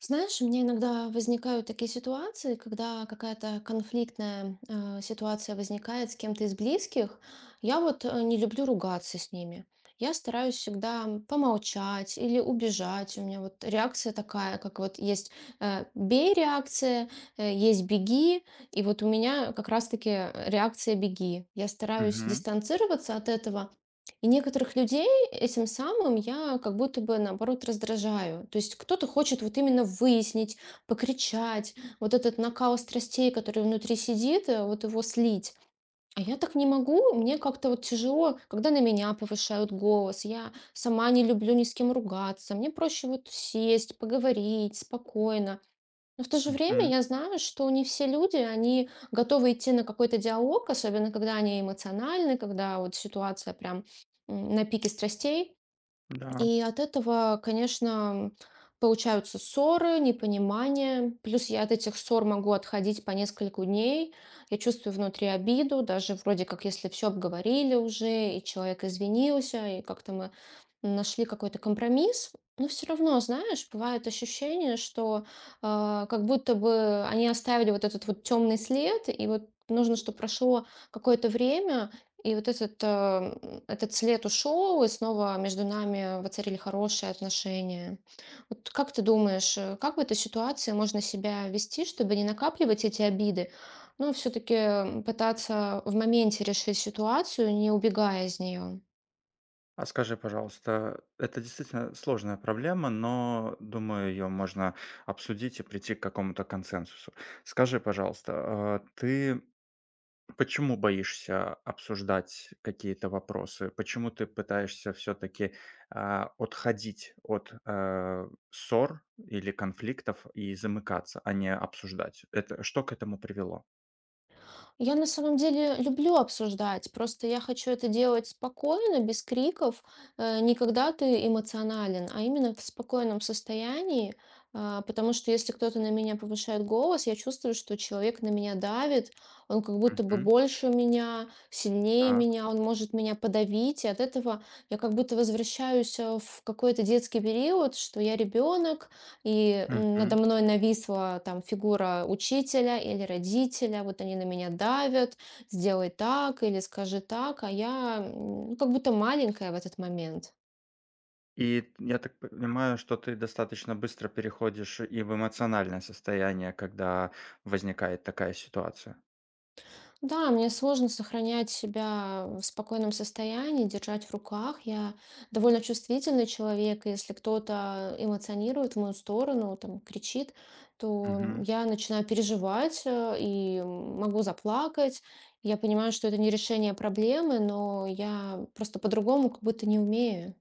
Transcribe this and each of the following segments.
Знаешь, у меня иногда возникают такие ситуации, когда какая-то конфликтная ситуация возникает с кем-то из близких. Я вот не люблю ругаться с ними. Я стараюсь всегда помолчать или убежать. У меня вот реакция такая, как вот есть бей реакция, есть беги, и вот у меня как раз-таки реакция беги. Я стараюсь Мгм, дистанцироваться от этого. И некоторых людей этим самым я как будто бы, наоборот, раздражаю. То есть кто-то хочет вот именно выяснить, покричать, вот этот накал страстей, который внутри сидит, вот его слить. А я так не могу, мне как-то вот тяжело, когда на меня повышают голос. Я сама не люблю ни с кем ругаться. Мне проще вот сесть, поговорить спокойно. Но в то же время мгм. я знаю, что не все люди, они готовы идти на какой-то диалог, особенно когда они эмоциональны, когда вот ситуация прям на пике страстей. Да. И от этого, конечно, получаются ссоры, непонимание. Плюс я от этих ссор могу отходить по несколько дней. Я чувствую внутри обиду, даже вроде как если все обговорили уже, и человек извинился, и как-то мы нашли какой-то компромисс. Но все равно, знаешь, бывает ощущение, что как будто бы они оставили вот этот вот темный след, и вот нужно, чтобы прошло какое-то время, и вот этот, этот след ушел, и снова между нами воцарили хорошие отношения. Вот как ты думаешь, как в этой ситуации можно себя вести, чтобы не накапливать эти обиды, но все-таки пытаться в моменте решить ситуацию, не убегая из нее? А скажи, пожалуйста, это действительно сложная проблема, но, думаю, ее можно обсудить и прийти к какому-то консенсусу. Скажи, пожалуйста, ты почему боишься обсуждать какие-то вопросы? Почему ты пытаешься все-таки отходить от ссор или конфликтов и замыкаться, а не обсуждать? Это что к этому привело? Я на самом деле люблю обсуждать, просто я хочу это делать спокойно, без криков, не когда ты эмоционален, а именно в спокойном состоянии, потому что если кто-то на меня повышает голос, я чувствую, что человек на меня давит, он как будто бы Мгм. больше меня, сильнее Так. меня, он может меня подавить, и от этого я как будто возвращаюсь в какой-то детский период, что я ребенок, и надо мной нависла там фигура учителя или родителя, вот они на меня давят, сделай так или скажи так, а я ну, как будто маленькая в этот момент. И я так понимаю, что ты достаточно быстро переходишь и в эмоциональное состояние, когда возникает такая ситуация. Да, мне сложно сохранять себя в спокойном состоянии, держать в руках. Я довольно чувствительный человек, и если кто-то эмоционирует в мою сторону, там, кричит, то я начинаю переживать и могу заплакать. Я понимаю, что это не решение проблемы, но я просто по-другому как будто не умею.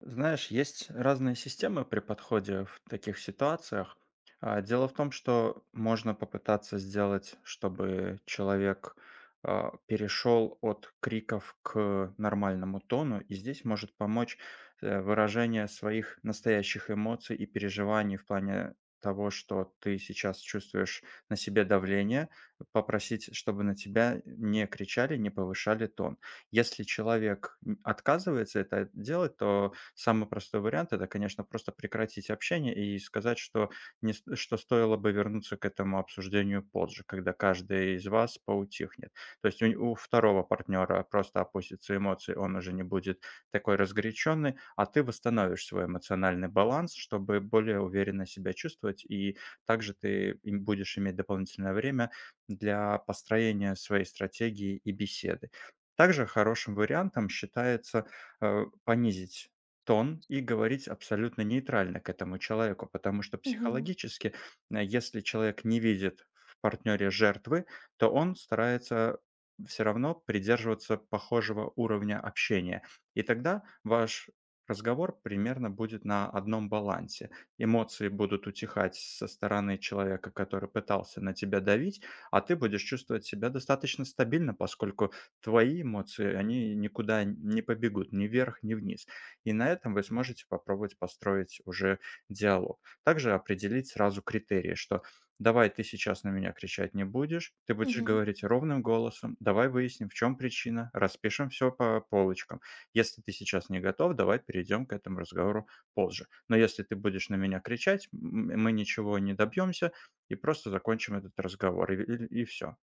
Знаешь, есть разные системы при подходе в таких ситуациях. Дело в том, что можно попытаться сделать, чтобы человек перешел от криков к нормальному тону, и здесь может помочь выражение своих настоящих эмоций и переживаний в плане того, что ты сейчас чувствуешь на себе давление, попросить, чтобы на тебя не кричали, не повышали тон. Если человек отказывается это делать, то самый простой вариант — это, конечно, просто прекратить общение и сказать, что не с что стоило бы вернуться к этому обсуждению позже, когда каждый из вас поутихнет. То есть у 2 партнёра просто опустятся эмоции, он уже не будет такой разгоряченный, а ты восстановишь свой эмоциональный баланс, чтобы более уверенно себя чувствовать. И также ты им будешь иметь дополнительное время для построения своей стратегии и беседы. Также хорошим вариантом считается, понизить тон и говорить абсолютно нейтрально к этому человеку, потому что Мгм. психологически, если человек не видит в партнере жертвы, то он старается все равно придерживаться похожего уровня общения. И тогда ваш разговор примерно будет на одном балансе. Эмоции будут утихать со стороны человека, который пытался на тебя давить, а ты будешь чувствовать себя достаточно стабильно, поскольку твои эмоции, они никуда не побегут ни вверх, ни вниз. И на этом вы сможете попробовать построить уже диалог. Также определить сразу критерии, что давай ты сейчас на меня кричать не будешь, ты будешь Мгм. говорить ровным голосом, давай выясним, в чем причина, распишем все по полочкам. Если ты сейчас не готов, давай перейдем к этому разговору позже. Но если ты будешь на меня кричать, мы ничего не добьемся и просто закончим этот разговор, все.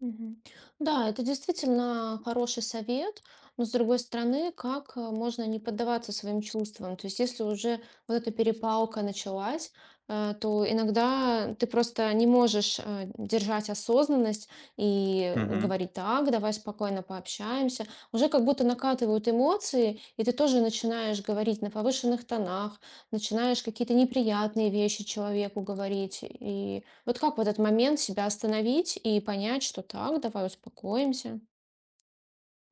Мгм. Да, это действительно хороший совет, но с другой стороны, как можно не поддаваться своим чувствам? То есть, если уже вот эта перепалка началась, то иногда ты просто не можешь держать осознанность и говорить так, давай спокойно пообщаемся. Уже как будто накатывают эмоции, и ты тоже начинаешь говорить на повышенных тонах, начинаешь какие-то неприятные вещи человеку говорить. И вот как в этот момент себя остановить и понять, что так, давай успокоимся?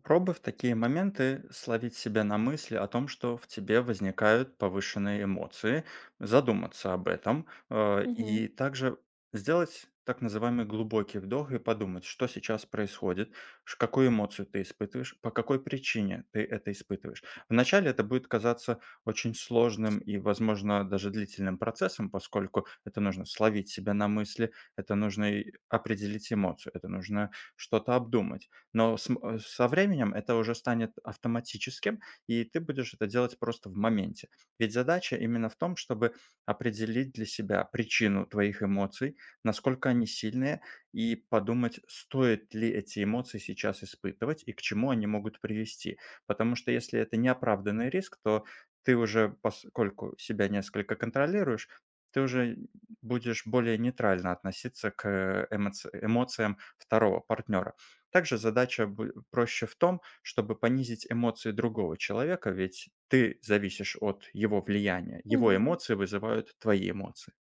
Пробуй в такие моменты словить себя на мысли о том, что в тебе возникают повышенные эмоции, задуматься об этом, и Мгм. также сделать так называемый глубокий вдох и подумать, что сейчас происходит, какую эмоцию ты испытываешь, по какой причине ты это испытываешь. Вначале это будет казаться очень сложным и, возможно, даже длительным процессом, поскольку это нужно словить себя на мысли, это нужно и определить эмоцию, это нужно что-то обдумать. Но со временем это уже станет автоматическим, и ты будешь это делать просто в моменте. Ведь задача именно в том, чтобы определить для себя причину твоих эмоций, насколько они сильные, и подумать, стоит ли эти эмоции сейчас испытывать и к чему они могут привести. Потому что если это неоправданный риск, то ты уже, поскольку себя несколько контролируешь, ты уже будешь более нейтрально относиться к эмоциям второго партнера. Также задача бу проще в том, чтобы понизить эмоции другого человека, ведь ты зависишь от его влияния. Его Мгм. эмоции вызывают твои эмоции.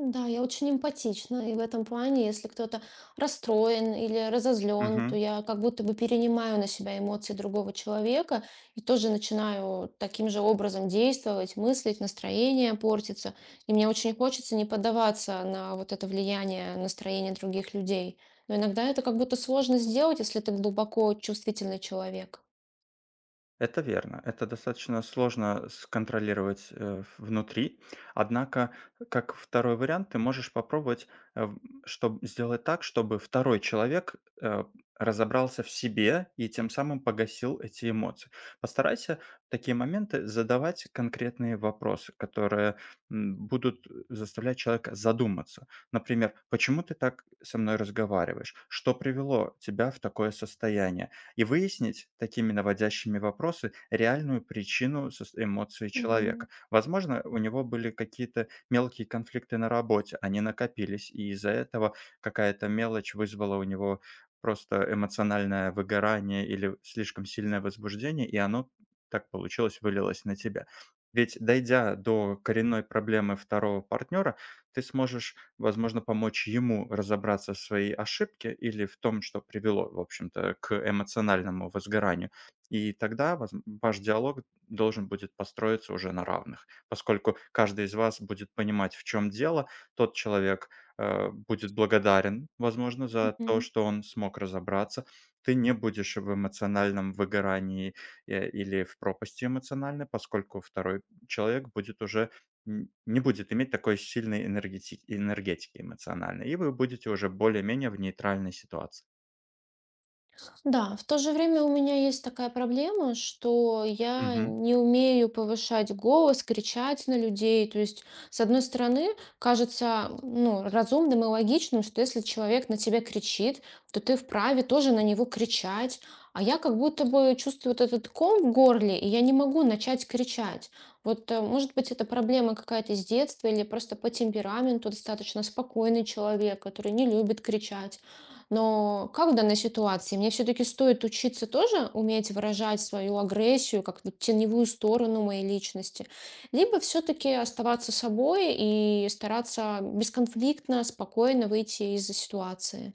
Да, я очень эмпатична, и в этом плане, если кто-то расстроен или разозлен, то Мгм. я как будто бы перенимаю на себя эмоции другого человека и тоже начинаю таким же образом действовать, мыслить, настроение портится. И мне очень хочется не поддаваться на вот это влияние настроения других людей. Но иногда это как будто сложно сделать, если ты глубоко чувствительный человек. Это верно. Это достаточно сложно сконтролировать внутри. Однако, как второй вариант, ты можешь попробовать чтобы сделать так, чтобы второй человек э, разобрался в себе и тем самым погасил эти эмоции. Постарайся в такие моменты задавать конкретные вопросы, которые будут заставлять человека задуматься. Например, почему ты так со мной разговариваешь? Что привело тебя в такое состояние? И выяснить такими наводящими вопросы реальную причину эмоций Мгм. человека. Возможно, у него были какие-то мелкие конфликты на работе, они накопились, и из-за этого какая-то мелочь вызвала у него просто эмоциональное выгорание или слишком сильное возбуждение, и оно так получилось, вылилось на тебя. Ведь дойдя до коренной проблемы второго партнера, ты сможешь возможно, помочь ему разобраться в своей ошибке или в том, что привело, в общем-то, к эмоциональному возгоранию. И тогда ваш диалог должен будет построиться уже на равных, поскольку каждый из вас будет понимать, в чем дело, тот человек будет благодарен, возможно, за то, Мгм. что он смог разобраться, ты не будешь в эмоциональном выгорании или в пропасти эмоциональной, поскольку второй человек будет уже Н не будет иметь такой сильной энергетики эмоциональной, и вы будете уже более-менее в нейтральной ситуации. Да, в то же время у меня есть такая проблема, что я не умею повышать голос, кричать на людей. То есть, с одной стороны, кажется, ну, разумным и логичным, что если человек на тебя кричит, то ты вправе тоже на него кричать. А я как будто бы чувствую вот этот ком в горле, и я не могу начать кричать. Вот, может быть, это проблема какая-то с детства или просто по темпераменту достаточно спокойный человек, который не любит кричать. Но как в данной ситуации? Мне все-таки стоит учиться тоже уметь выражать свою агрессию, как вот теневую сторону моей личности, либо все-таки оставаться собой и стараться бесконфликтно, спокойно выйти из ситуации.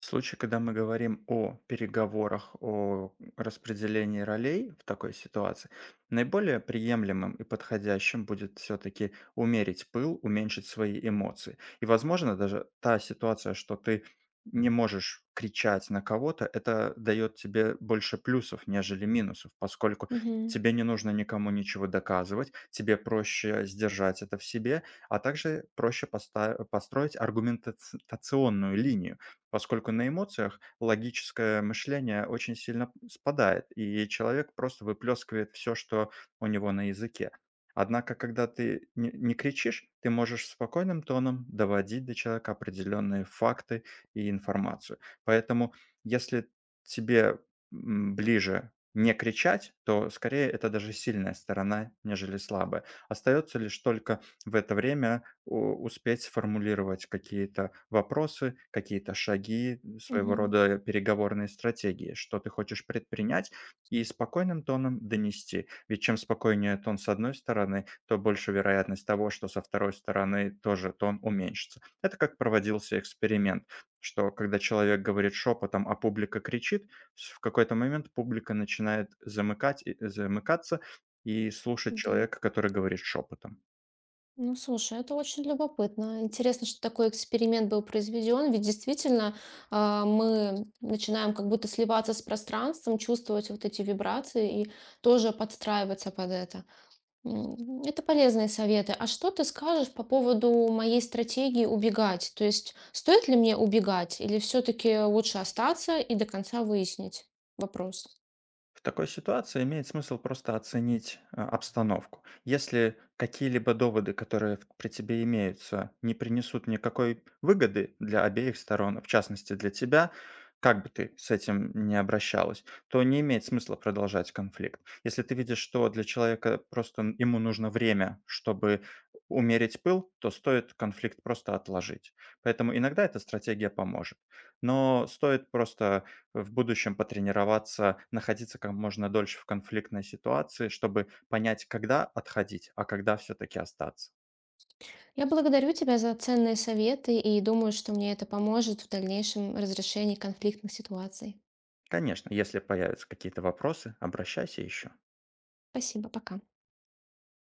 В случае, когда мы говорим о переговорах, о распределении ролей в такой ситуации, наиболее приемлемым и подходящим будет все-таки умерить пыл, уменьшить свои эмоции. И, возможно, даже та ситуация, что ты не можешь кричать на кого-то, это дает тебе больше плюсов, нежели минусов, поскольку Мгм. тебе не нужно никому ничего доказывать, тебе проще сдержать это в себе, а также проще построить аргументационную линию поскольку на эмоциях логическое мышление очень сильно спадает, и человек просто выплескивает все, что у него на языке. Однако, когда ты не кричишь, ты можешь спокойным тоном доводить до человека определенные факты и информацию. Поэтому, если тебе ближе не кричать, то скорее это даже сильная сторона, нежели слабая. Остается лишь только в это время у успеть сформулировать какие-то вопросы, какие-то шаги, своего Мгм. рода переговорные стратегии, что ты хочешь предпринять, и спокойным тоном донести. Ведь чем спокойнее тон с одной стороны, то больше вероятность того, что со второй стороны тоже тон уменьшится. Это как проводился эксперимент, что когда человек говорит шепотом, а публика кричит, в какой-то момент публика начинает замыкаться и слушать Да. человека, который говорит шепотом. Ну, слушай, это очень любопытно. Интересно, что такой эксперимент был произведен, ведь действительно мы начинаем как будто сливаться с пространством, чувствовать вот эти вибрации и тоже подстраиваться под это. Это полезные советы. А что ты скажешь по поводу моей стратегии убегать? То есть, стоит ли мне убегать или все-таки лучше остаться и до конца выяснить вопрос? В такой ситуации имеет смысл просто оценить обстановку. Если какие-либо доводы, которые при тебе имеются, не принесут никакой выгоды для обеих сторон, в частности для тебя, как бы ты с этим ни обращалась, то не имеет смысла продолжать конфликт. Если ты видишь, что для человека просто ему нужно время, чтобы умерить пыл, то стоит конфликт просто отложить. Поэтому иногда эта стратегия поможет. Но стоит просто в будущем потренироваться, находиться как можно дольше в конфликтной ситуации, чтобы понять, когда отходить, а когда все-таки остаться. Я благодарю тебя за ценные советы и думаю, что мне это поможет в дальнейшем разрешении конфликтных ситуаций. Конечно, если появятся какие-то вопросы, обращайся еще. Спасибо, пока.